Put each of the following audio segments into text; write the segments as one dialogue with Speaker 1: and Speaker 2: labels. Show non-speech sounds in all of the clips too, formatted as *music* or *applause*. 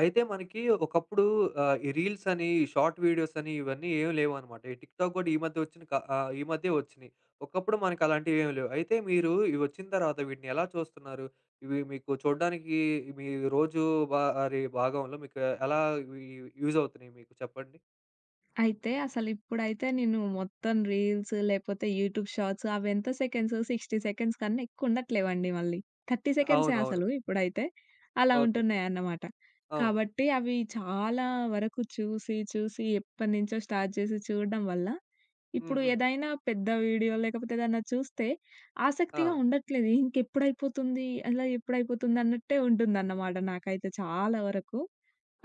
Speaker 1: అయితే మనకి ఒకప్పుడు ఈ రీల్స్ అని, ఈ షార్ట్ వీడియోస్ అని ఇవన్నీ ఏమి లేవనమాట. ఈ టిక్‌టాక్ గూడా ఈ మధ్య ఈ మధ్యే వచ్చినియి. ఒకప్పుడు మనకు అలాంటివేమి లేవు. అయితే మీరు ఇవి వచ్చిన తర్వాత వీటిని ఎలా చూస్తున్నారు? ఇవి మీకు చూడ్డానికి మీ రోజు వారి భాగంలో మీకు ఎలా ఇవి యూజ్ అవుతున్నాయి మీకు చెప్పండి?
Speaker 2: అయితే అసలిప్పుడైతే నేను మొత్తం రీల్స్ లేపోతే యూట్యూబ్ షార్ట్స్ అవెంత సెకండ్స్ 60 సెకండ్స్ కన్నా ఎక్కువుండట్లేవండి మళ్ళీ. 30 సెకండ్సే
Speaker 1: అవునవును.
Speaker 2: అసలు ఇప్పుడైతే. అలా
Speaker 1: ఓకే.
Speaker 2: ఉంటున్నాయన్నమాట.
Speaker 1: అవును.
Speaker 2: కాబట్టి అవి చాలా వరకు చూసి, చూసి ఎప్పటినుంచో స్టార్ట్ చేసి చూడడం వల్ల, ఇప్పుడు
Speaker 1: హుహు.
Speaker 2: ఏదైనా పెద్ద వీడియో లేకపోతే ఏదన్నా చూస్తే
Speaker 1: ఆ!
Speaker 2: ఆసక్తిగా ఉండట్లేదు. ఇంకెప్పుడైపోతుంది, అలా ఎప్పుడైపోతుంది అన్నట్టే ఉంటుందన్నమాట నాకైతే చాలా వరకు.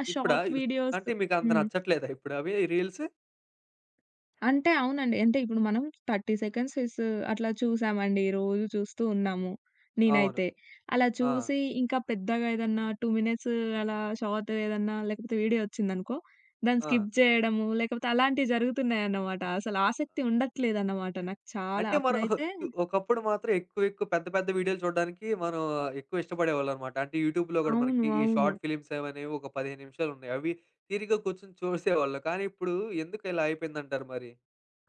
Speaker 2: ఆ
Speaker 1: ఇప్పుడా?
Speaker 2: Short videos.
Speaker 1: అంటే మీకు అంత
Speaker 2: హ్మ్.
Speaker 1: నచ్చట్లేదా ఇప్పుడు అవి రీల్స్?
Speaker 2: అంటే అవునండి. అంటే ఇప్పుడు మనం 30 సెకండ్స్ ఇస్ అట్లా చూసామండి. రోజు చూస్తూ ఉన్నాము.
Speaker 1: అవును.
Speaker 2: నేనైతే. అలా
Speaker 1: ఆ!
Speaker 2: చూసి ఇంకా పెద్దగా ఏదన్నా 2 మినిట్స్ అలా షార్ట్ ఏదన్నా లేకపోతే వీడియో వచ్చిందనుకో, దాన్ని
Speaker 1: ఆ!
Speaker 2: స్కిప్ చేయడము, లేకపోతే అలాంటివి జరుగుతున్నాయన్నమాట. అసలు ఆసక్తి ఉండట్లేదన్నమాట నాకు చాలా.
Speaker 1: అంటే మనం *laughs*
Speaker 2: అప్పుడైతే
Speaker 1: ఒకప్పుడు మాత్రం ఎక్కువ ఎక్కువ పెద్ద పెద్ద వీడియోలు చూడడానికి మనం ఎక్కువ ఇష్టపడేవాళ్ళం అనమాట. అంటే యూట్యూబ్‌లో కూడా
Speaker 2: అవును.
Speaker 1: మనకి ఈ
Speaker 2: అవును.
Speaker 1: షార్ట్ ఫిలిమ్స్ అవనేవి ఒక 15 నిమిషాలు ఉన్నాయి. అవి తీరిగ్గా కూర్చొని చూసేవాళ్ళం. కానీ ఇప్పుడు ఎందుకు ఇలా అయిపోయిందంటారు మరి?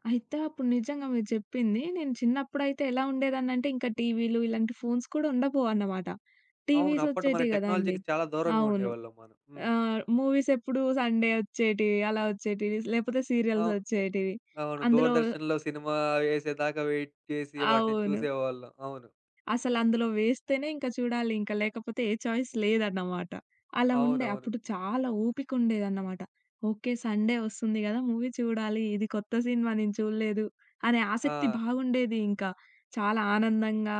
Speaker 2: అయితే అప్పుడు నిజంగా మీరు చెప్పింది, నేను చిన్నప్పుడైతే ఎలా ఉండేదాన్నంటే ఇంకా టీవీలు ఇలాంటి ఫోన్స్ కూడా ఉండపోవన్నమాట.
Speaker 1: అవును.
Speaker 2: టీవీస్
Speaker 1: అప్పట్లో మన
Speaker 2: వచ్చేటివి గదండీ!
Speaker 1: టెక్నాలజీకి చాలా దూరంగా
Speaker 2: అవును.
Speaker 1: ఉండేవాళ్ళం మనం. హ్మ్.
Speaker 2: ఆ! మూవీస్ ఎప్పుడు సండే వచ్చేటివి, అలా వచ్చేటివి. లేపోతే సీరియల్స్
Speaker 1: అవు
Speaker 2: వచ్చేటివి.
Speaker 1: అవును.
Speaker 2: అందులో
Speaker 1: దూరదర్శన్‌లో సినిమా వేసేదాకా వెయిట్ చేసి వాటిని
Speaker 2: అవును.
Speaker 1: చూసేవాళ్ళం. అవును.
Speaker 2: అసలందులో వేస్తేనే ఇంక చూడాలి. ఇంక లేకపోతే ఏ చాయిస్ లేదన్నమాట. అలా ఉండే.
Speaker 1: అవునవును.
Speaker 2: అప్పుడు చాలా ఓపికుండేదన్నమాట. ఓకే. సండే వస్తుంది గదా! మూవీ చూడాలి. ఇది కొత్త సినిమా నేను చూడలేదు అనే
Speaker 1: ఆ!
Speaker 2: ఆసక్తి బాగుండేది ఇంకా. చాలా ఆనందంగా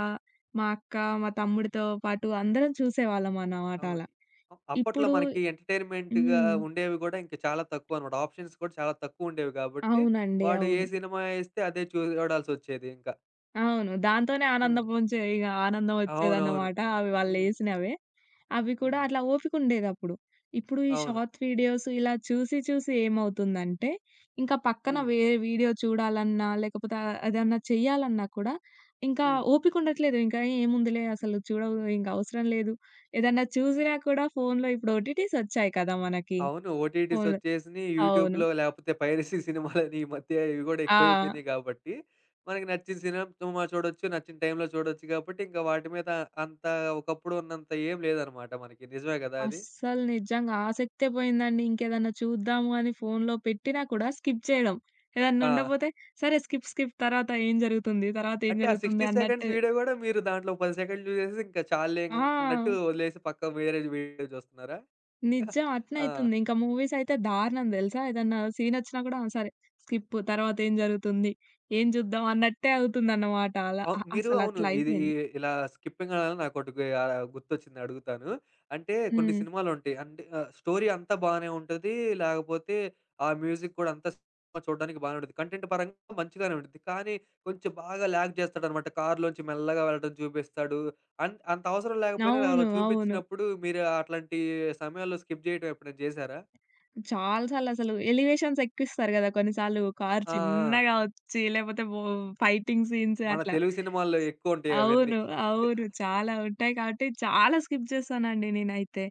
Speaker 2: మా అక్క, మా తమ్ముడితో పాటు అందరం చూసేవాళ్ళమన్నమాట
Speaker 1: అవును.
Speaker 2: అలా.
Speaker 1: అప్పట్లో
Speaker 2: ఇప్పుడు
Speaker 1: మనకి ఎంటర్‌టైన్‌మెంట్‌గా
Speaker 2: హ్మ్.
Speaker 1: ఉండేవి గూడా ఇంక చాలా తక్కువనమాట. ఆప్షన్స్ కూడా చాలా తక్కువుండేవి గాబట్టి,
Speaker 2: అవునండి.
Speaker 1: వాడు ఏ
Speaker 2: అవును.
Speaker 1: సినిమా యేస్తే అదే చూడాల్సొచ్చేది ఇంక.
Speaker 2: అవును. దాంతోనే ఆనందం
Speaker 1: హ్మ్.
Speaker 2: పొంచే ఇగ ఆనందం
Speaker 1: అవునవును.
Speaker 2: ఒచ్చేదన్నమాట. అవి
Speaker 1: హ్మ్.
Speaker 2: వాళ్ళేసినవే. అవి కూడా
Speaker 1: హ్మ్.
Speaker 2: అట్లా ఓపికుండేదప్పుడు. ఇప్పుడు ఈ
Speaker 1: అవును.
Speaker 2: షార్ట్ వీడియోస్ ఇలా చూసి, చూసి ఏమవుతుందంటే, ఇంకా పక్కన
Speaker 1: హ్మ్.
Speaker 2: వేరే వీడియో చూడాలన్నా, లేకపోతే అదన్నా చెయ్యాలన్నా కూడా ఇంకా
Speaker 1: హ్మ్.
Speaker 2: ఓపికుండట్లేదు. ఇంకా ఏముందిలే అసలు చూడవు ఇంక అవసరం లేదు. ఏదన్నా చూసినా కూడా ఫోన్‌లో ఇప్పుడు ఓటీటీస్ ఒచ్చాయి కదా! మనకి.
Speaker 1: అవును.
Speaker 2: ఫోన్‌లో
Speaker 1: ఓటీటీసొచ్చేసినియి.
Speaker 2: అవును.
Speaker 1: యూట్యూబ్‌లో లేపోతే పైరసీ సినిమాలని ఈ మధ్య ఇవి గూడా
Speaker 2: ఆ!
Speaker 1: ఎక్కువైపోయినియి గాబట్టి, మనకి నచ్చిన సినిమా చూడొచ్చు, నచ్చిన టైంలో చూడొచ్చు గాబట్టి, ఇంక వాటి మీద అంత ఒకప్పుడు ఉన్నంత ఏం లేదనమాట మనకి. నిజమే గదా అది?
Speaker 2: అస్సలు నిజంగా ఆసక్తే పోయిందండి. ఇంకేదన్నా చూద్దాము అని ఫోన్‌లో పెట్టినా కూడా స్కిప్ చేయడం. ఏదన్నా
Speaker 1: ఆ!
Speaker 2: ఉండపోతే సరే స్కిప్ స్కిప్ తర్వాత ఏం జరుగుతుంది? తర్వాత ఏం
Speaker 1: అంటే ఆ
Speaker 2: జరుగుతుంది?
Speaker 1: 60 సెకండ్స్
Speaker 2: అన్నట్టు.
Speaker 1: వీడియో గూడా మీరు దాంట్లో 10 సెకండ్లు చూసేసి ఇంకా చాల్లే అన్నట్టు
Speaker 2: ఆ!
Speaker 1: వదిలేసి పక్క వేరే వీడియో చూస్తున్నారా? *laughs*
Speaker 2: నిజం
Speaker 1: ఆ!
Speaker 2: అట్నయితుంది. ఇంకా మూవీస్ అయితే దారుణం తెలుసా? ఏదన్నా సీనొచ్చినా కూడా ఆ! సరే స్కిప్ తర్వాత ఏం జరుగుతుంది? ఏం చూద్దాం? అన్నట్టే అవుతుందన్నమాట అలా.
Speaker 1: అవును.
Speaker 2: అసలట్లా
Speaker 1: ఇది ఈ
Speaker 2: అయిపోయింది.
Speaker 1: ఇలా స్కిప్పింగ్ అనగానే నాకోటి గుర్తొచ్చింది అడుగుతాను. అంటే కొన్ని
Speaker 2: హ్మ్.
Speaker 1: సినిమాలుంటాయి. అంటే స్టోరీ అంతా బానే ఉంటది. లేకపోతే ఆ మ్యూజిక్ కూడా అంతా సినిమా చూడడానికి బానే ఉంటది. కంటెంట్ పరంగా మంచిగానే ఉంటది. కానీ కొంచెం బాగా ల్యాగ్ చేస్తాడనమాట. కారులోంచి మెల్లగా వెళ్ళడం చూపిస్తాడు. అంత అవసరం లేకపోయినా అలా
Speaker 2: అవును. అవును.
Speaker 1: చూపించినప్పుడు మీరు అట్లాంటి సమయాల్లో స్కిప్ చేయడం ఎప్పుడైనా చేశారా?
Speaker 2: చాలా సార్లసలు ఎలివేషన్స్ ఎక్కిస్తారు గదా! కొన్నిసార్లు కారు
Speaker 1: ఆ! ఆ!
Speaker 2: చిన్నగా వచ్చి లేపోతే ఫైటింగ్ సీన్స్
Speaker 1: మన
Speaker 2: అట్లా.
Speaker 1: తెలుగు సినిమాల్లో ఎక్కువుంటాయి అవన్నీ.
Speaker 2: అవును. అవును.
Speaker 1: *laughs*
Speaker 2: చాలా ఉంటాయి కాబట్టి చాలా స్కిప్ చేశానండి నేనైతే.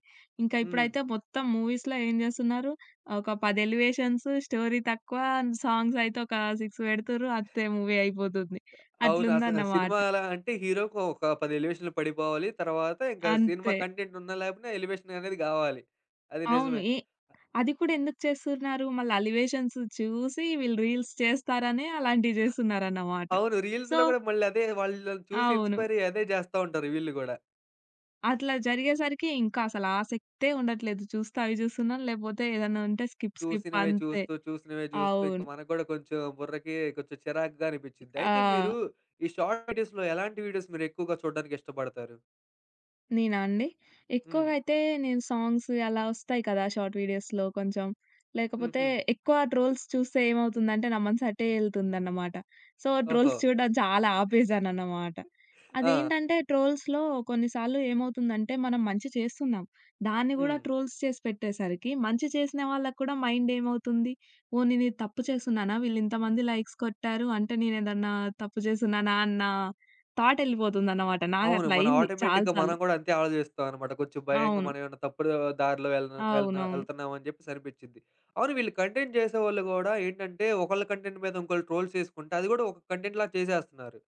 Speaker 2: ఇంకా
Speaker 1: హ్మ్.
Speaker 2: ఇప్పుడైతే మొత్తం మూవీస్‌లో ఏం జేస్తున్నారు, ఒక 10 ఎలివేషన్స్, స్టోరీ తక్కువ, సాంగ్స్ అయితే ఒక 6 పెడుతుర్రు అంతే మూవీ అయిపోతుంది.
Speaker 1: అవును.
Speaker 2: అట్లుందన్నమాట.
Speaker 1: సినిమాలా అంటే హీరోకి ఒక 10 ఎలివేషన్‌లు పడిపోవాలి. తర్వాత ఇంకా సినిమా
Speaker 2: అంతే.
Speaker 1: కంటెంట్ ఉన్నా లేకపోయినా ఎలివేషన్ అనేది గావాలి. అది
Speaker 2: అవును.
Speaker 1: నిజమే.
Speaker 2: ఏ అది కూడా ఎందుకు చేస్తున్నారు? మళ్ళ అలివేషన్స్ చూసి వీళ్ళు రీల్స్ చేస్తారనే అలాంటివి జేస్తున్నారన్నమాట.
Speaker 1: అవును.
Speaker 2: సో
Speaker 1: రీల్స్‌లో గూడా మళ్ళీ అదే వాళ్ళని చూసి
Speaker 2: అవును.
Speaker 1: ఇన్‌స్పైర్ అయ్యి అదే జేస్తా ఉంటారు వీళ్ళు గూడా.
Speaker 2: అట్లా జరిగేసరికి ఇంకా అసలు ఆసక్తే ఉండట్లేదు. చూస్తే అవి చూస్తున్నాను, లేపోతే ఏదన్నా ఉంటే స్కిప్, స్కిప్
Speaker 1: చూసినవే
Speaker 2: అంతే.
Speaker 1: చూస్తూ, చూసినవే చూస్తూ ఇంక
Speaker 2: అవును.
Speaker 1: మనకు గూడా కొంచెం బుర్రకి కొంచెం చిరాకుగా అనిపిచ్చిద్ది. అయితే మీరు
Speaker 2: ఆ!
Speaker 1: ఈ షార్ట్ వీడియోస్‌లో ఎలాంటి వీడియోస్ మీరు ఎక్కువగా చూడడానికి ఇష్టపడతారు?
Speaker 2: నేనా అండి?
Speaker 1: హ్మ్.
Speaker 2: ఎక్కువగా అయితే నేను సాంగ్స్ అలా వస్తాయి కదా! షార్ట్ వీడియోస్‌లో కొంచెం. లేకపోతే
Speaker 1: హుహు.
Speaker 2: ఎక్కువ ట్రోల్స్ చూస్తే ఏమవుతుందంటే నా మనసు అటే ఎళ్తుందన్నమాట. సో,
Speaker 1: ఓహో!
Speaker 2: ట్రోల్స్ చూడడం చాలా ఆపేసానన్నమాట.
Speaker 1: ఆ!
Speaker 2: అదేంటంటే ట్రోల్స్‌లో కొన్నిసార్లు ఏమవుతుందంటే మనం మంచి చేస్తున్నాం. దాన్ని గూడా
Speaker 1: హ్మ్.
Speaker 2: ట్రోల్స్ చేసి పెట్టేసరికి మంచి చేసిన వాళ్ళకి కూడా మైండ్ ఏమవుతుంది? ఓహ్! నేనిది తప్పు చేస్తున్నానా? వీళ్ళింతమంది లైక్స్ కొట్టారు అంటే నేనేదన్నా తప్పు చేస్తున్నానా అన్న థాట్ ఎళ్ళిపోతుందన్నమాట.
Speaker 1: అవును.
Speaker 2: నాకట్లా
Speaker 1: మనం
Speaker 2: అయింది చాలా
Speaker 1: ఆటోమేటిక్‌గా మనం
Speaker 2: సార్లు.
Speaker 1: గూడా అంతే ఆలోచిస్తాం అనమాట. కొంచెం భయంగా
Speaker 2: అవును.
Speaker 1: మనం ఏమన్నా తప్పుడు దారిలో వెళ్ళన వెళ్ళన
Speaker 2: అవునవును.
Speaker 1: వెళ్తున్నాం అని చెప్పేసి అనిపిచ్చిద్ది. అవును, వీళ్ళు కంటెంట్ చేసేవాళ్ళు గూడా ఏంటంటే, ఒకళ్ళ కంటెంట్ మీద ఇంకోళ్ళు ట్రోల్స్ చేసుకుంటే, అది గూడా ఒక కంటెంట్‌లా చేసేస్తున్నారు.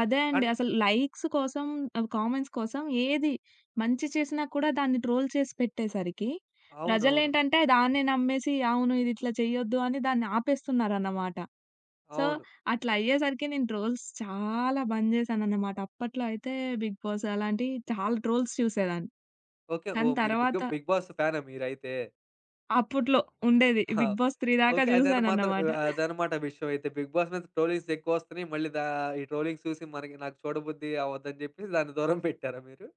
Speaker 2: అదే అండి.
Speaker 1: అండ్
Speaker 2: అసలు లైక్స్ కోసం, కామెంట్స్ కోసం ఏది మంచి చేసినా కూడా దాన్ని ట్రోల్ చేసి పెట్టేసరికి
Speaker 1: అవునవును.
Speaker 2: ప్రజలేంటంటే దాన్నే నమ్మేసి అవును ఇది ఇట్లా చేయొద్దు అని దాన్ని ఆపేస్తున్నారన్నమాట. సో,
Speaker 1: అవును.
Speaker 2: అట్లా అయ్యేసరికి నేను ట్రోల్స్ చాలా బంద్ చేశానన్నమాట. అప్పట్లో అయితే 'బిగ్ బాస్' అలాంటివి చాలా ట్రోల్స్ చూసేదాన్ని.
Speaker 1: ఓకే.
Speaker 2: దాని
Speaker 1: ఓహ్! మీరు బిగ్
Speaker 2: తర్వాత
Speaker 1: బిగ్ బాస్ ఫ్యానా మీరైతే?
Speaker 2: అప్పట్లో ఉండేది
Speaker 1: ఆ!
Speaker 2: 'బిగ్ బాస్ 3' దాకా
Speaker 1: ఓకే.
Speaker 2: చూసానన్నమాట.
Speaker 1: అదనమాట విషయం అయితే. బిగ్ బాస్ మీద ట్రోలింగ్స్ ఎక్కువొస్తున్నాయి. మళ్ళీ దా ఈ ట్రోలింగ్స్ చూసి నాకు చూడబుద్ధి అవ్వద్దని చెప్పేసి దాన్ని దూరం పెట్టారా మీరు?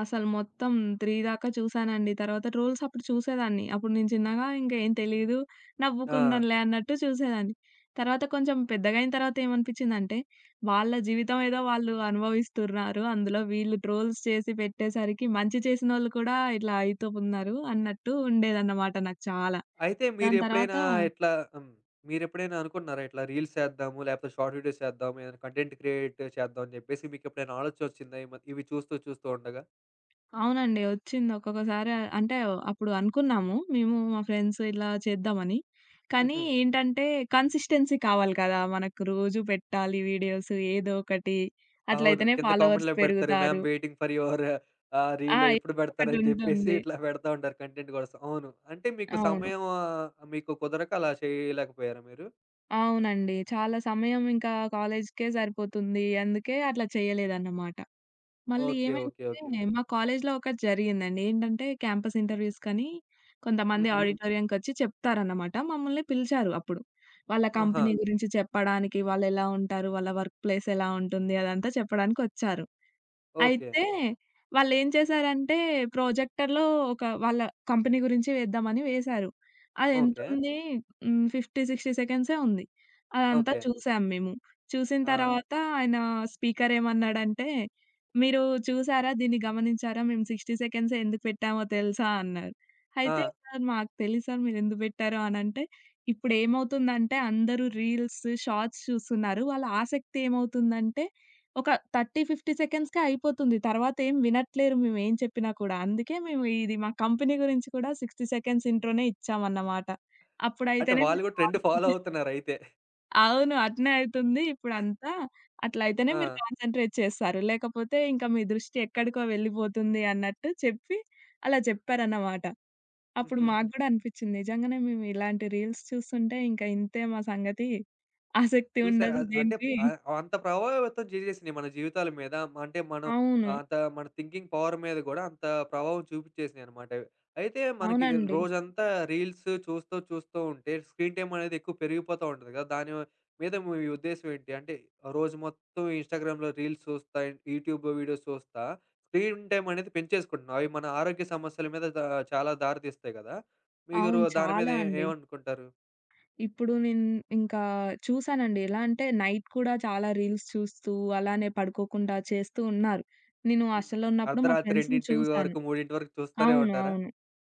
Speaker 2: అసలు మొత్తం 3 దాకా చూసానండి. తర్వాత రూల్స్ అప్పుడు చూసేదాన్ని. అప్పుడు నేను చిన్నగా ఇంక ఏం తెలీదు.
Speaker 1: ఆ!
Speaker 2: నవ్వుకున్నాంలే అన్నట్టు చూసేదాన్ని. తర్వాత కొంచెం పెద్దగయిన తర్వాత ఏమనిపించిందంటే, వాళ్ళ జీవితం ఏదో వాళ్ళు అనుభవిస్తున్నారు. అందులో వీళ్ళు ట్రోల్స్ చేసి పెట్టేసరికి మంచి చేసినోళ్ళు కూడా ఇట్లా అయితూ ఉన్నారు అన్నట్టు ఉండేదన్నమాట నాకు చాలా.
Speaker 1: అయితే
Speaker 2: దాని
Speaker 1: మీరెప్పుడైనా
Speaker 2: తర్వాత
Speaker 1: ఇట్లా హ్మ్. మీరెప్పుడైనా అనుకున్నారా? ఇట్లా రీల్స్ చేద్దాము, లేపోతే షార్ట్ వీడియోస్ చేద్దాము, ఏదైనా కంటెంట్ క్రియేట్ చేద్దాం అని జెప్పేసి మీకెప్పుడైనా ఆలోచన ఒచ్చిందా? ఈ మ ఇవి చూస్తూ చూస్తూ ఉండగా?
Speaker 2: అవునండి. ఒచ్చింది. ఒక్కొక్కసారి అంటే అప్పుడు అనుకున్నాము. మేము మా ఫ్రెండ్స్ ఇలా చేద్దామని. కానీ
Speaker 1: హుహు.
Speaker 2: ఏంటంటే కన్సిస్టెన్సీ కావాలి కదా! మనకు రోజు పెట్టాలి వీడియోస్ ఏదో ఒకటి.
Speaker 1: అవును.
Speaker 2: అట్లయితేనే
Speaker 1: కింద
Speaker 2: ఫాలోవర్స్
Speaker 1: కామెంట్‌లో పెడతారు. మ్యామ్
Speaker 2: పెరుగుతారు.
Speaker 1: వెయిటింగ్ ఫర్ యువర్
Speaker 2: ఆ!
Speaker 1: రీల్ ఎప్పుడు
Speaker 2: ఏదో
Speaker 1: బెడతారని జెప్పేసి
Speaker 2: ఒకటుంటుంది.
Speaker 1: ఇట్లా పెడతా ఉంటారు కంటెంట్ కోసం. అవును. అంటే మీకు
Speaker 2: అవును.
Speaker 1: సమయం మీకు కుదరక అలా చేయలేకపోయారా మీరు?
Speaker 2: అవునండి. చాలా సమయం ఇంకా కాలేజ్‌కే సరిపోతుంది. అందుకే అట్లా చేయలేదన్నమాట. మళ్ళీ
Speaker 1: ఓకే. ఓకే. ఓకే.
Speaker 2: ఏమైందంటే, మా కాలేజీలో ఒకటి జరిగిందండి. ఏంటంటే క్యాంపస్ ఇంటర్వ్యూస్ కని కొంతమంది హుహు.
Speaker 1: హుహు.
Speaker 2: ఆడిటోరియంకొచ్చి చెప్తారన్నమాట. మమ్మల్ని పిలిచారు అప్పుడు. వాళ్ళ
Speaker 1: ఆహా!
Speaker 2: కంపెనీ గురించి చెప్పడానికి, వాళ్ళెలా ఉంటారు, వాళ్ళ వర్క్ ప్లేస్ ఎలా ఉంటుంది అదంతా చెప్పడానికొచ్చారు.
Speaker 1: ఓకే.
Speaker 2: అయితే వాళ్ళేం చేశారంటే, ప్రొజెక్టర్‌లో ఒక వాళ్ళ కంపెనీ గురించి వేద్దామని వేశారు.
Speaker 1: ఓకే.
Speaker 2: అదెంతుంది హ్మ్. 50, 60 సెకండ్సే ఉంది. అదంతా
Speaker 1: ఓకే.
Speaker 2: చూసాం మేము. చూసిన
Speaker 1: ఆ!
Speaker 2: తర్వాత ఆయన స్పీకర్ ఏమన్నాడంటే, "మీరు చూసారా? దీన్ని గమనించారా? మేము 60 సెకండ్సే ఎందుకు పెట్టామో తెలుసా?" అన్నారు.
Speaker 1: ఆ!
Speaker 2: అయితే సార్ మాకు తెలీదు సార్ మీరెందుకు పెట్టారో అనంటే, ఇప్పుడేమవుతుందంటే అందరూ రీల్స్, షార్ట్స్ చూస్తున్నారు. వాళ్ళ ఆసక్తి ఏమవుతుందంటే ఒక 30, 50 సెకండ్స్‌కే అయిపోతుంది. తర్వాతేం వినట్లేరు మేమేం చెప్పినా కూడా. అందుకే మేము ఇది మా కంపెనీ గురించి కూడా 60 సెకండ్స్ ఇంట్రోనే ఇచ్చామన్నమాట.
Speaker 1: అంటే
Speaker 2: అప్పుడైతేనే
Speaker 1: వాళ్ళు
Speaker 2: మీరు
Speaker 1: గూడా ట్రెండ్ ఫాలో
Speaker 2: కాన్సంట్రేట్ *laughs*
Speaker 1: అవుతున్నారయితే.
Speaker 2: అవును. అట్నే అయితుంది. ఇప్పుడంతా అట్లయితేనే
Speaker 1: ఆ!
Speaker 2: మీరు కాన్సంట్రేట్ చేస్తారు. లేకపోతే ఇంక మీ దృష్టి ఎక్కడికో వెళ్ళిపోతుంది అన్నట్టు చెప్పి అలా చెప్పారన్నమాట. అప్పుడు
Speaker 1: హుహు.
Speaker 2: మాకు గూడా అనిపిచ్చింది. నిజంగానే మేము ఇలాంటి రీల్స్ చూస్తుంటే ఇంక ఇంతే మా సంగతి. ఆసక్తి
Speaker 1: చూసారా?
Speaker 2: ఉండదు
Speaker 1: అంటే
Speaker 2: దేనికి.
Speaker 1: ఆహ్, అంత ప్రభావితం చేసేసినియి మన జీవితాల మీద. అంటే మనం
Speaker 2: అవును.
Speaker 1: అంత మన థింకింగ్ పవర్ మీద గూడా అంత ప్రభావం చూపించేసినియనమాట. అయితే మనకి
Speaker 2: అవునండి.
Speaker 1: రోజంతా రీల్స్ చూస్తూ, చూస్తూ ఉంటే స్క్రీన్ టైమ్ అనేది ఎక్కువ పెరిగిపోతా ఉంటది కదా! దాని మీద మీ ఉద్దేశ్యం ఏంటి? అంటే రోజు మొత్తం ఇన్‌స్టాగ్రామ్‌లో రీల్స్ చూస్తా, యూట్యూబ్ వీడియోస్ చూస్తా స్క్రీన్ టైమ్ అనేది పెంచేసుకుంటున్నాం. అవి మన ఆరోగ్య సమస్యల మీద చాలా దారి తీస్తాయి కదా! మీరు
Speaker 2: అవును.
Speaker 1: దాని మీద
Speaker 2: చాలా అండి.
Speaker 1: ఏమనుకుంటారు?
Speaker 2: ఇప్పుడు నేను ఇంకా చూసానండి. ఎలా అంటే నైట్ కూడా చాలా రీల్స్ చూస్తూ, అలానే పడుకోకుండా చేస్తూ ఉన్నారు. నేను
Speaker 1: హ్మ్.
Speaker 2: హాస్టల్‌లో ఉన్నప్పుడు మా
Speaker 1: అర్ధరాత్రి
Speaker 2: ఫ్రెండ్స్‌ని
Speaker 1: 2
Speaker 2: చూసాను.
Speaker 1: వరకు, 3 వరకు చూస్తానే
Speaker 2: అవును.
Speaker 1: ఉంటారా?
Speaker 2: అవును.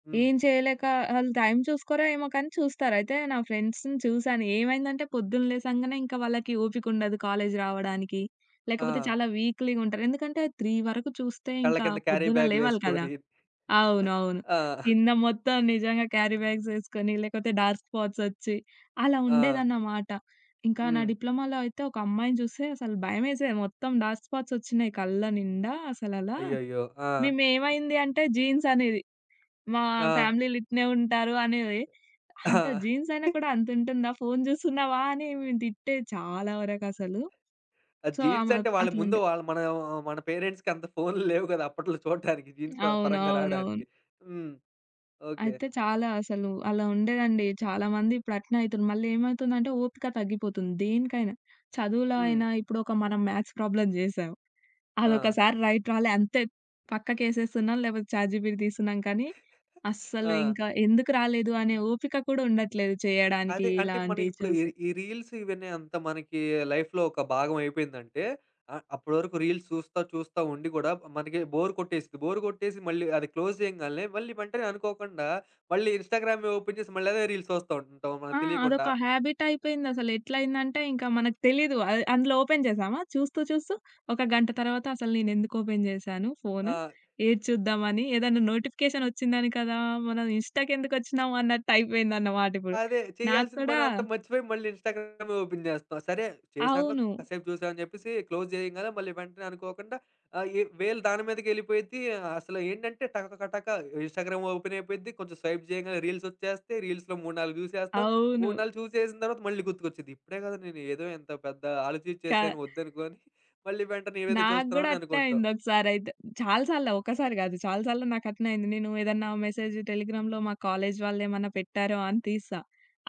Speaker 1: హ్మ్.
Speaker 2: ఏం చేయలేక ఆళ్ళు టైం చూసుకోరో ఏమో కానీ చూస్తారు. అయితే నా ఫ్రెండ్స్‌ని చూసాను. ఏమైందంటే పొద్దున్న లేసంగానే ఇంకా వాళ్ళకి ఓపిక ఉండదు కాలేజ్ రావడానికి.
Speaker 1: ఆ!
Speaker 2: లేకపోతే చాలా వీక్‌లీ‌గా ఉంటారు. ఎందుకంటే 3 వరకు చూస్తే
Speaker 1: కళ్ళ
Speaker 2: ఇంకా
Speaker 1: కింద క్యారీ
Speaker 2: పొద్దున లేవాలి కదా!
Speaker 1: బ్యాగులేసుకొని
Speaker 2: అవునవును.
Speaker 1: ఆ!
Speaker 2: కింద మొత్తం నిజంగా క్యారీ బ్యాగ్స్ ఏసుకొని, లేకపోతే డార్క్ స్పాట్స్ ఒచ్చి, అలా
Speaker 1: ఆ!
Speaker 2: ఉండేదన్నమాట. ఇంకా నా
Speaker 1: హ్మ్.
Speaker 2: డిప్లొమాలో అయితే ఒక అమ్మాయిని చూస్తే అసలు భయమేసేది. మొత్తం డార్క్ స్పాట్స్ ఒచ్చినాయి కళ్ళ నిండా అసలలా.
Speaker 1: అయ్యయ్యో! ఆ!
Speaker 2: మేమేమైంది అంటే జీన్స్ అనేది. మా
Speaker 1: ఆ!
Speaker 2: ఫ్యామిలీ‌లు ఇట్నే ఉంటారు అనేది.
Speaker 1: ఆ!
Speaker 2: అంత జీన్స్ అయినా కూడా అంతుంటుందా? ఫోను చూస్తున్నావా? అని మేము తిట్టేది చాలా వరకసలు.
Speaker 1: ఆ
Speaker 2: సో,
Speaker 1: జీన్స్
Speaker 2: ఆమె
Speaker 1: అంటే వాళ్ళ ముందు
Speaker 2: అట్లుండే.
Speaker 1: వాళ్ళు మన మన పేరెంట్స్‌కి అంత ఫోన్‌లు లేవు కదా! అప్పట్లో చూడడానికి జీన్స్ పరంగా
Speaker 2: అవునవునవును.
Speaker 1: రాడానికి. హ్మ్. ఓకే.
Speaker 2: అయితే చాలా అసలు అలా ఉండేదండి. చాలామంది ఇప్పుడు అట్నే అయితున్నారు. మళ్ళీ ఏమైతుందంటే ఓపిక తగ్గిపోతుంది దేనికైనా. చదువులో
Speaker 1: హ్మ్.
Speaker 2: అయినా ఇప్పుడు ఒక మనం మ్యాథ్స్ ప్రాబ్లమ్ చేసాం.
Speaker 1: ఆ!
Speaker 2: అదొకసారి రైట్ రాలే అంతే. పక్కకేసేస్తున్నాం లేకపోతే చాట్‌జీపీటీ తీస్తున్నాం కానీ,
Speaker 1: ఆ!
Speaker 2: అస్సలు ఇంకా ఎందుకు రాలేదు అనే ఓపిక కూడా ఉండట్లేదు చేయడానికి
Speaker 1: అదే. అంటే మన
Speaker 2: ఇలాంటివి
Speaker 1: ఇప్పుడు ఈ
Speaker 2: చూసి.
Speaker 1: ఈ రీల్స్ ఇవన్నీ అంత మనకి లైఫ్‌లో ఒక భాగం అయిపోయిందంటే, అప్పటివరకు రీల్స్ చూస్తా, చూస్తా ఉండి కూడా మనకి బోర్ కొట్టేసిద్ది. బోర్ కొట్టేసి మళ్ళీ అది క్లోజ్ చేయంగాల్నే మళ్ళీ వెంటనే అనుకోకుండా మళ్ళీ ఇన్‌స్టాగ్రామే ఓపెన్ చేసి మళ్ళీ అదే రీల్స్ చూస్తా ఉంటాం
Speaker 2: ఆ!
Speaker 1: మనకు తెలియకుండా.
Speaker 2: అదొక హాబిట్ అయిపోయిందసలు. ఎట్లయిందంటే ఇంకా మనకు తెలీదు. అది అందులో ఓపెన్ చేసామా చూస్తూ చూస్తూ ఒక గంట తర్వాత అసలు నేనెందుకు ఓపెన్ చేశాను
Speaker 1: ఆ!
Speaker 2: ఫోను? ఏది చూద్దామని ఏదన్నా నోటిఫికేషన్ వచ్చిందని కదా! మనం ఇన్‌స్టాకెందుకొచ్చినాం అన్నట్టయిపోయిందన్నమాట ఇప్పుడు.
Speaker 1: అదే.
Speaker 2: నాకు
Speaker 1: చేయాల్సిన
Speaker 2: కూడా
Speaker 1: పనంతా మర్చిపోయి మళ్ళీ ఇన్‌స్టాగ్రామే ఓపెన్ జేస్తాం. సరే చేశాంగా,
Speaker 2: అవును.
Speaker 1: కాసేపు చూసాం అని జెప్పేసి క్లోజ్ జేయంగానే మళ్ళీ వెంటనే అనుకోకుండా వేలు దాని మీదకెళ్ళిపోయిద్ది. అసలు ఏంటంటే టక టక ఇన్‌స్టాగ్రామ్ ఓపెన్ అయిపోయిద్ది. కొంచెం స్వైప్ చేయంగానే రీల్స్ వచ్చేస్తాయి. రీల్స్‌లో 3, 4 చూసేస్తాం.
Speaker 2: అవును.
Speaker 1: 3, 4 చూసేసిన తర్వాత మళ్ళీ గుర్తుకొచ్చిద్ది. ఇప్పుడే కదా నేను ఏదో ఇంత పెద్ద ఆలోచించేసాను
Speaker 2: క
Speaker 1: వద్దనుకోని మళ్ళీ వెంటనే ఏవేదో
Speaker 2: నాకు గూడా
Speaker 1: చూస్తున్నామని
Speaker 2: అట్నే
Speaker 1: అనుకుంటాం.
Speaker 2: అయిందొకసారయితే. చాలా సార్లు ఒకసారి గాదు. చాలా సార్లు నాకట్నే అయింది. నేను ఏదన్నా మెసేజ్ టెలిగ్రామ్‌లో మా కాలేజీ వాళ్ళేమన్నా పెట్టారో అని తీస్తా.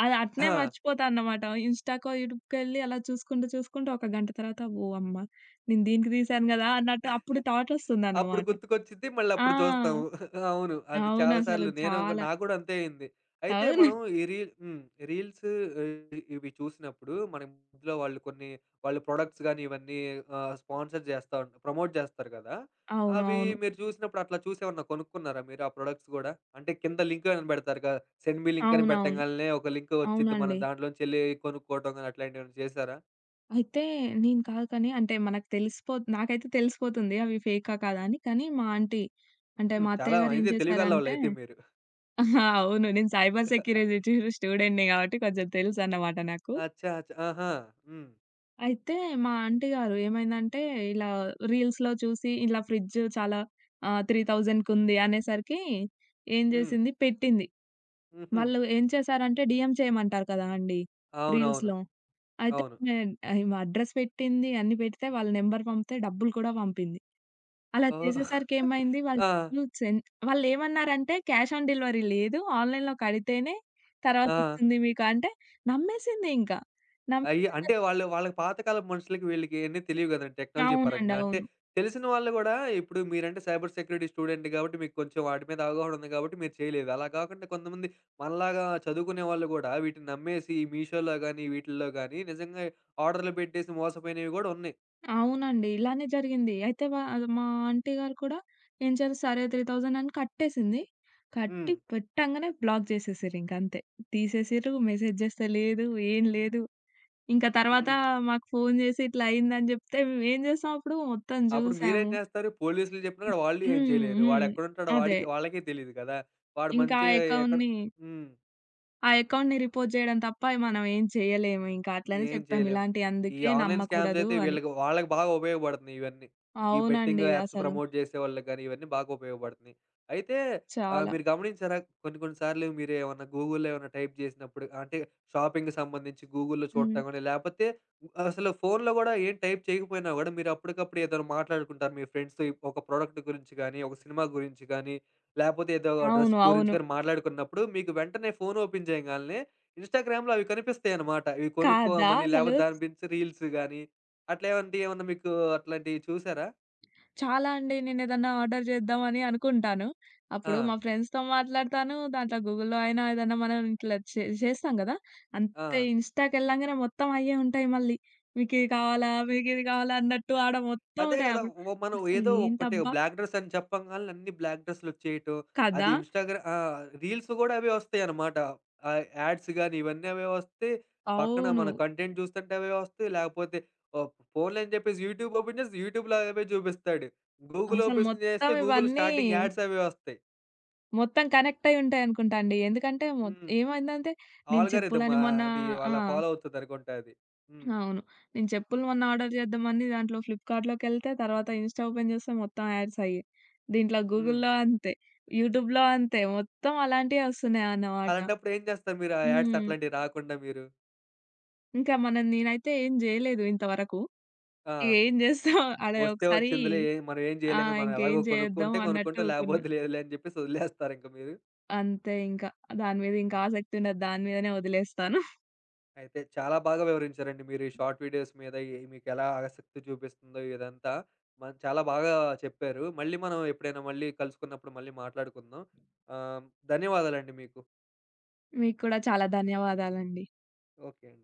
Speaker 2: అది అట్నే మర్చిపోతా అన్నమాట. ఇన్‌స్టాకో, యూట్యూబ్‌కెళ్ళి అలా చూసుకుంటూ, చూసుకుంటూ ఒక గంట తర్వాత ఓ అమ్మ! నేను దీనికి తీశాను గదా! అన్నట్టు అప్పుడు
Speaker 1: అప్పుడు
Speaker 2: థాటొస్తుందన్నమాట.
Speaker 1: గుర్తుకొచ్చిద్ది.
Speaker 2: ఆ!
Speaker 1: మళ్ళప్పుడు జూస్తాము. *laughs* అవును. అది చాలా సార్లు
Speaker 2: అవునసలు
Speaker 1: నేను గూ
Speaker 2: చాలా.
Speaker 1: నాకు గూడా అంతే అయింది. అయితే
Speaker 2: అవును.
Speaker 1: మనం ఈ రీల్ హ్మ్. రీల్స్ ఇవి చూసినప్పుడు మన ఇందులో వాళ్ళు కొన్ని వాళ్ళు ప్రొడక్ట్స్ గానీ, ఇవన్నీ స్పాన్సర్ జేస్తా ఉం ప్రమోట్ జేస్తారు గదా!
Speaker 2: అవును.
Speaker 1: అవి
Speaker 2: అవును.
Speaker 1: మీరు చూసినప్పుడు అట్లా చూసేమన్నా కొనుక్కున్నారా మీరు ఆ ప్రొడక్ట్స్ గూడా? అంటే కింద లింక్ అని బెడతారు కదా! సెండ్ మీ లింక్ అని
Speaker 2: అవునవును.
Speaker 1: బెట్టంగాల్నే ఒక లింక్ వచ్చిద్ది. మనం
Speaker 2: అవునండి.
Speaker 1: దాంట్లోంచెళ్ళి కొనుక్కోవటం గానీ అట్లాంటివేమన్నా చేశారా?
Speaker 2: అయితే నేను కాదు కానీ అంటే మనకు తెలిసిపో నాకైతే తెలిసిపోతుంది అవి ఫేకా కాదా అని. కానీ మా ఆంటీ అంటే
Speaker 1: హ్మ్.
Speaker 2: మా
Speaker 1: చాలా
Speaker 2: అత్తయ్య గారు ఏం
Speaker 1: అయితే
Speaker 2: చేశారంటే
Speaker 1: తెలివిగల్లోళ్ళయితే మీరు.
Speaker 2: *laughs* ఆహా! అవును. నేను సైబర్ సెక్యూరిటీ స్టూడెంట్‌ని కాబట్టి కొంచెం తెలుసన్నమాట నాకు.
Speaker 1: అచ్చా! అచ్చా! ఆహా! హ్మ్.
Speaker 2: అయితే మా ఆంటీ గారు ఏమైందంటే ఇలా రీల్స్‌లో చూసి ఇలా ఫ్రిడ్జ్ చాలా 3000కి ఉంది అనేసరికి ఏం
Speaker 1: హ్మ్.
Speaker 2: చేసింది పెట్టింది.
Speaker 1: హుహు.
Speaker 2: వాళ్ళు ఏం చేశారంటే డీఎం చేయమంటారు కదా అండీ
Speaker 1: అవునవును.
Speaker 2: రీల్స్‌లో. అయితే
Speaker 1: అవును.
Speaker 2: ఈమె అడ్రెస్ పెట్టింది, అన్ని పెడితే వాళ్ళ నంబర్ పంపితే డబ్బులు కూడా పంపింది. అలా
Speaker 1: ఓహ్!
Speaker 2: చేసేసరికి ఏమైంది
Speaker 1: *laughs*
Speaker 2: వాళ్ళు
Speaker 1: ఆ!
Speaker 2: డబ్బులు వాళ్ళేమన్నారంటే క్యాష్ ఆన్ డెలివరీ లేదు. ఆన్‌లైన్‌లో కడితేనే
Speaker 1: ఆ!
Speaker 2: తర్వాతొస్తుంది మీకు అంటే నమ్మేసింది ఇంకా.
Speaker 1: అంటే
Speaker 2: నమ్మేసేసరికి
Speaker 1: వాళ్ళు వాళ్ళకి పాతకాలపు మనుషులకి వీళ్ళకి ఇయన్నీ తెలియవు గదండీ టెక్నాలజీ
Speaker 2: అవునండి.
Speaker 1: పరంగా. అంటే
Speaker 2: అవును.
Speaker 1: తెలిసిన వాళ్ళు గూడా ఇప్పుడు మీరంటే సైబర్ సెక్యూరిటీ స్టూడెంట్ గాబట్టి మీకు కొంచెం వాటి మీద అవగాహన ఉంది గాబట్టి మీరు చేయలేదు. అలా గాకుండా కొంతమంది మనలాగా చదువుకునే వాళ్ళు గూడా వీటిని నమ్మేసి ఈ మీషోలో గానీ, వీటిల్లో గానీ నిజంగా ఆర్డర్‌లు పెట్టేసి మోసపోయినవి గూడా ఉన్నాయి.
Speaker 2: అవునండి. ఇలానే జరిగింది. అయితే మా ఆంటీ గారు కూడా ఏం చేశారు సరే 3000 అని కట్టేసింది.
Speaker 1: హ్మ్.
Speaker 2: కట్టి పెట్టంగానే బ్లాక్ చేసేసిర్రింక అంతే. తీసేసిర్రు, మెసేజ్ చేస్తే లేదు, ఏం లేదు. ఇంకా తర్వాత
Speaker 1: హ్మ్.
Speaker 2: మాకు ఫోను జేసి ఇట్లా అయిందని జెప్తే మేమేం జేసాం అప్పుడు మొత్తం
Speaker 1: అప్పుడు మీరేం
Speaker 2: జూసాము.
Speaker 1: చేస్తారు? పోలీసులు చెప్పినా కూడా వాళ్ళు ఏం
Speaker 2: హ్మ్.
Speaker 1: చేయలేరు.
Speaker 2: హ్మ్.
Speaker 1: వాడెక్కడుంటాడో
Speaker 2: అదే.
Speaker 1: వాడికి వాళ్ళకే తెలీదు కదా! వాడు
Speaker 2: ఇంకా ఆ
Speaker 1: మంచిగా ఎక్కడ
Speaker 2: అకౌంట్‌ని
Speaker 1: హ్మ్.
Speaker 2: ఆ అకౌంట్‌ని రిపోర్ట్ జేయడం తప్ప మనం ఏం చేయలేము. ఇంకా అట్లనే
Speaker 1: ఏం
Speaker 2: చెప్పాం.
Speaker 1: చేయలేము.
Speaker 2: ఇలాంటి
Speaker 1: ఈ
Speaker 2: అందుకే
Speaker 1: ఆన్‌లైన్ స్కామ్స్
Speaker 2: నమ్మకూడదు
Speaker 1: అయితే
Speaker 2: అని.
Speaker 1: వీళ్ళకి వాళ్ళకి బాగా ఉపయోగపడుతున్నాయి ఇవన్నీ. ఈ బెట్టింగ్
Speaker 2: అవునండి.
Speaker 1: యాప్స్
Speaker 2: అసలు
Speaker 1: ప్రమోట్ చేసేవాళ్ళకి గాని ఇవన్నీ బాగా ఉపయోగపడుతున్నాయి. అయితే
Speaker 2: చాలా.
Speaker 1: మీరు గమనించారా కొన్ని కొన్ని సార్లు మీరేమన్నా గూగుల్‌లో ఏమన్నా గూగుల్లో ఏమైనా టైప్ చేసినప్పుడు అంటే షాపింగ్‌కి సంబంధించి గూగుల్‌లో
Speaker 2: హ్మ్.
Speaker 1: చూడటం గాని లేపోతే అసలు ఫోన్‌లో గూడా ఏం టైప్ చేయకపోయినా గూడా మీరు అప్పటికప్పుడు ఏదైనా మాట్లాడుకుంటారు మీ ఫ్రెండ్స్‌తో ఒక ప్రొడక్ట్ గురించి గాని, ఒక సినిమా గురించి గాని, లేపోతే ఏదో డ్రెస్
Speaker 2: అవును.
Speaker 1: గురించి
Speaker 2: అవును.
Speaker 1: గాని మాట్లాడుకున్నప్పుడు మీకు వెంటనే ఫోన్ ఓపెన్ చేయగాల్నే ఇన్‌స్టాగ్రామ్‌లో అవి కనిపిస్తాయన్నమాట. ఇవి
Speaker 2: కాదా
Speaker 1: కొనుక్కోమని
Speaker 2: అసలు
Speaker 1: లేకపోతే దాని గురించి రీల్స్ గాని, అట్లా ఏమన్నా మీకు అట్లాంటివి చూసారా?
Speaker 2: చాలా అండి. నేనేదన్నా ఆర్డర్ చేద్దామని అనుకుంటాను.
Speaker 1: ఆ!
Speaker 2: అప్పుడు మా ఫ్రెండ్స్‌తో మాట్లాడతాను. దాంట్లో గూగుల్‌లో అయినా ఏదన్నా మనం ఇట్లా చేస్తాం గదా! అంతే
Speaker 1: ఆ!
Speaker 2: ఇన్‌స్టాకెళ్ళంగానే మొత్తం అయ్యే ఉంటాయి మళ్ళీ. మీకిది కావాలా? మీకిది కావాలా? అన్నట్టు ఆడ మొత్తం
Speaker 1: అదే
Speaker 2: ఉంటాయి.
Speaker 1: గదా!
Speaker 2: అప్పుడు
Speaker 1: ఓ మనం ఏదో ఒక్కటే
Speaker 2: అసలేంటబ్బా!
Speaker 1: బ్లాక్ డ్రెస్ అని చెప్పంగాల్నే అన్ని బ్లాక్ డ్రెస్‌లొచ్చేయటం. అది
Speaker 2: కదా!
Speaker 1: ఇన్‌స్టాగ్రా ఆ! రీల్స్ గూడా అవే వస్తాయన్నమాట. యాడ్స్ గాని ఇవన్నీ అవే వస్తాయి. పక్కన
Speaker 2: అవును.
Speaker 1: మన కంటెంట్ చూస్తుంటే అవే వస్తాయి. లేకపోతే ఓహ్, పోన్లే అని చెప్పేసి యూట్యూబ్ ఓపెన్ చేసి యూట్యూబ్‌లో అవే చూపిస్తాడు. గూగుల్
Speaker 2: అసలు
Speaker 1: ఓపెన్ చేస్తే
Speaker 2: మొత్తం
Speaker 1: గూగుల్
Speaker 2: ఇవన్నీ
Speaker 1: స్టార్టింగ్ యాడ్స్ అవే వస్తాయి.
Speaker 2: మొత్తం కనెక్ట్ అయ్యి ఉంటాయనుకుంటా అండి. ఎందుకంటే
Speaker 1: హ్మ్.
Speaker 2: ఏమైందంటే నేను
Speaker 1: ఆల్గారిథమ్
Speaker 2: చెప్పులని మొన్న
Speaker 1: అది వాళ్ళ
Speaker 2: ఆ!
Speaker 1: ఫాలో అవుతదనుకుంటా అది. హ్మ్.
Speaker 2: అవును. నేను చెప్పులు మొన్న ఆర్డర్ చేద్దామని దాంట్లో ఫ్లిప్‌కార్ట్‌లోకెళ్తే తర్వాత ఇన్‌స్టా ఓపెన్ చేస్తే మొత్తం యాడ్స్ అయ్యే. దీంట్లో
Speaker 1: హ్మ్.
Speaker 2: గూగుల్‌లో అంతే. యూట్యూబ్‌లో అంతే. మొత్తం అలాంటియే వస్తున్నాయన్నమాట.
Speaker 1: అలాంటప్పుడు ఏం చేస్తారు మీరు? ఆ యాడ్స్
Speaker 2: హ్మ్.
Speaker 1: అట్లాంటివి రాకుండా మీరు?
Speaker 2: ఇంకా మనం నేనైతే ఏం జేయలేదు ఇంతవరకు.
Speaker 1: ఆ!
Speaker 2: ఏం చేస్తాం *laughs* అదే
Speaker 1: వస్తే
Speaker 2: ఒకసారి.
Speaker 1: వచ్చిందిలే మనం ఏం
Speaker 2: ఆ!
Speaker 1: చేయలేం కదా! మనం
Speaker 2: ఇంకేం
Speaker 1: ఎలాగో
Speaker 2: చేద్దాం
Speaker 1: కొనుక్కుంటే
Speaker 2: అన్నట్టు
Speaker 1: కొనుక్కుంటాం.
Speaker 2: ఊకున్నా.
Speaker 1: లేకపోతే లేదులే అని చెప్పేసి వదిలేస్తారా ఇంక మీరు?
Speaker 2: అంతే ఇంకా. దాని మీద ఇంకా
Speaker 1: హ్మ్.
Speaker 2: ఆసక్తి ఉండదు. దాని మీదనే వదిలేస్తాను. *laughs*
Speaker 1: అయితే చాలా బాగా వివరించారండి మీరు. ఈ షార్ట్ వీడియోస్ మీద ఈ మీకెలా ఆసక్తి చూపిస్తుందో ఇదంతా. మనం చాలా బాగా చెప్పారు. మళ్ళీ మనం ఎప్పుడైనా మళ్ళీ కలుసుకున్నప్పుడు మళ్ళీ మాట్లాడుకుందాం. ఆహ్, ధన్యవాదాలండి మీకు.
Speaker 2: మీకు కూడా చాలా ధన్యవాదాలండి.
Speaker 1: ఓకే అండి.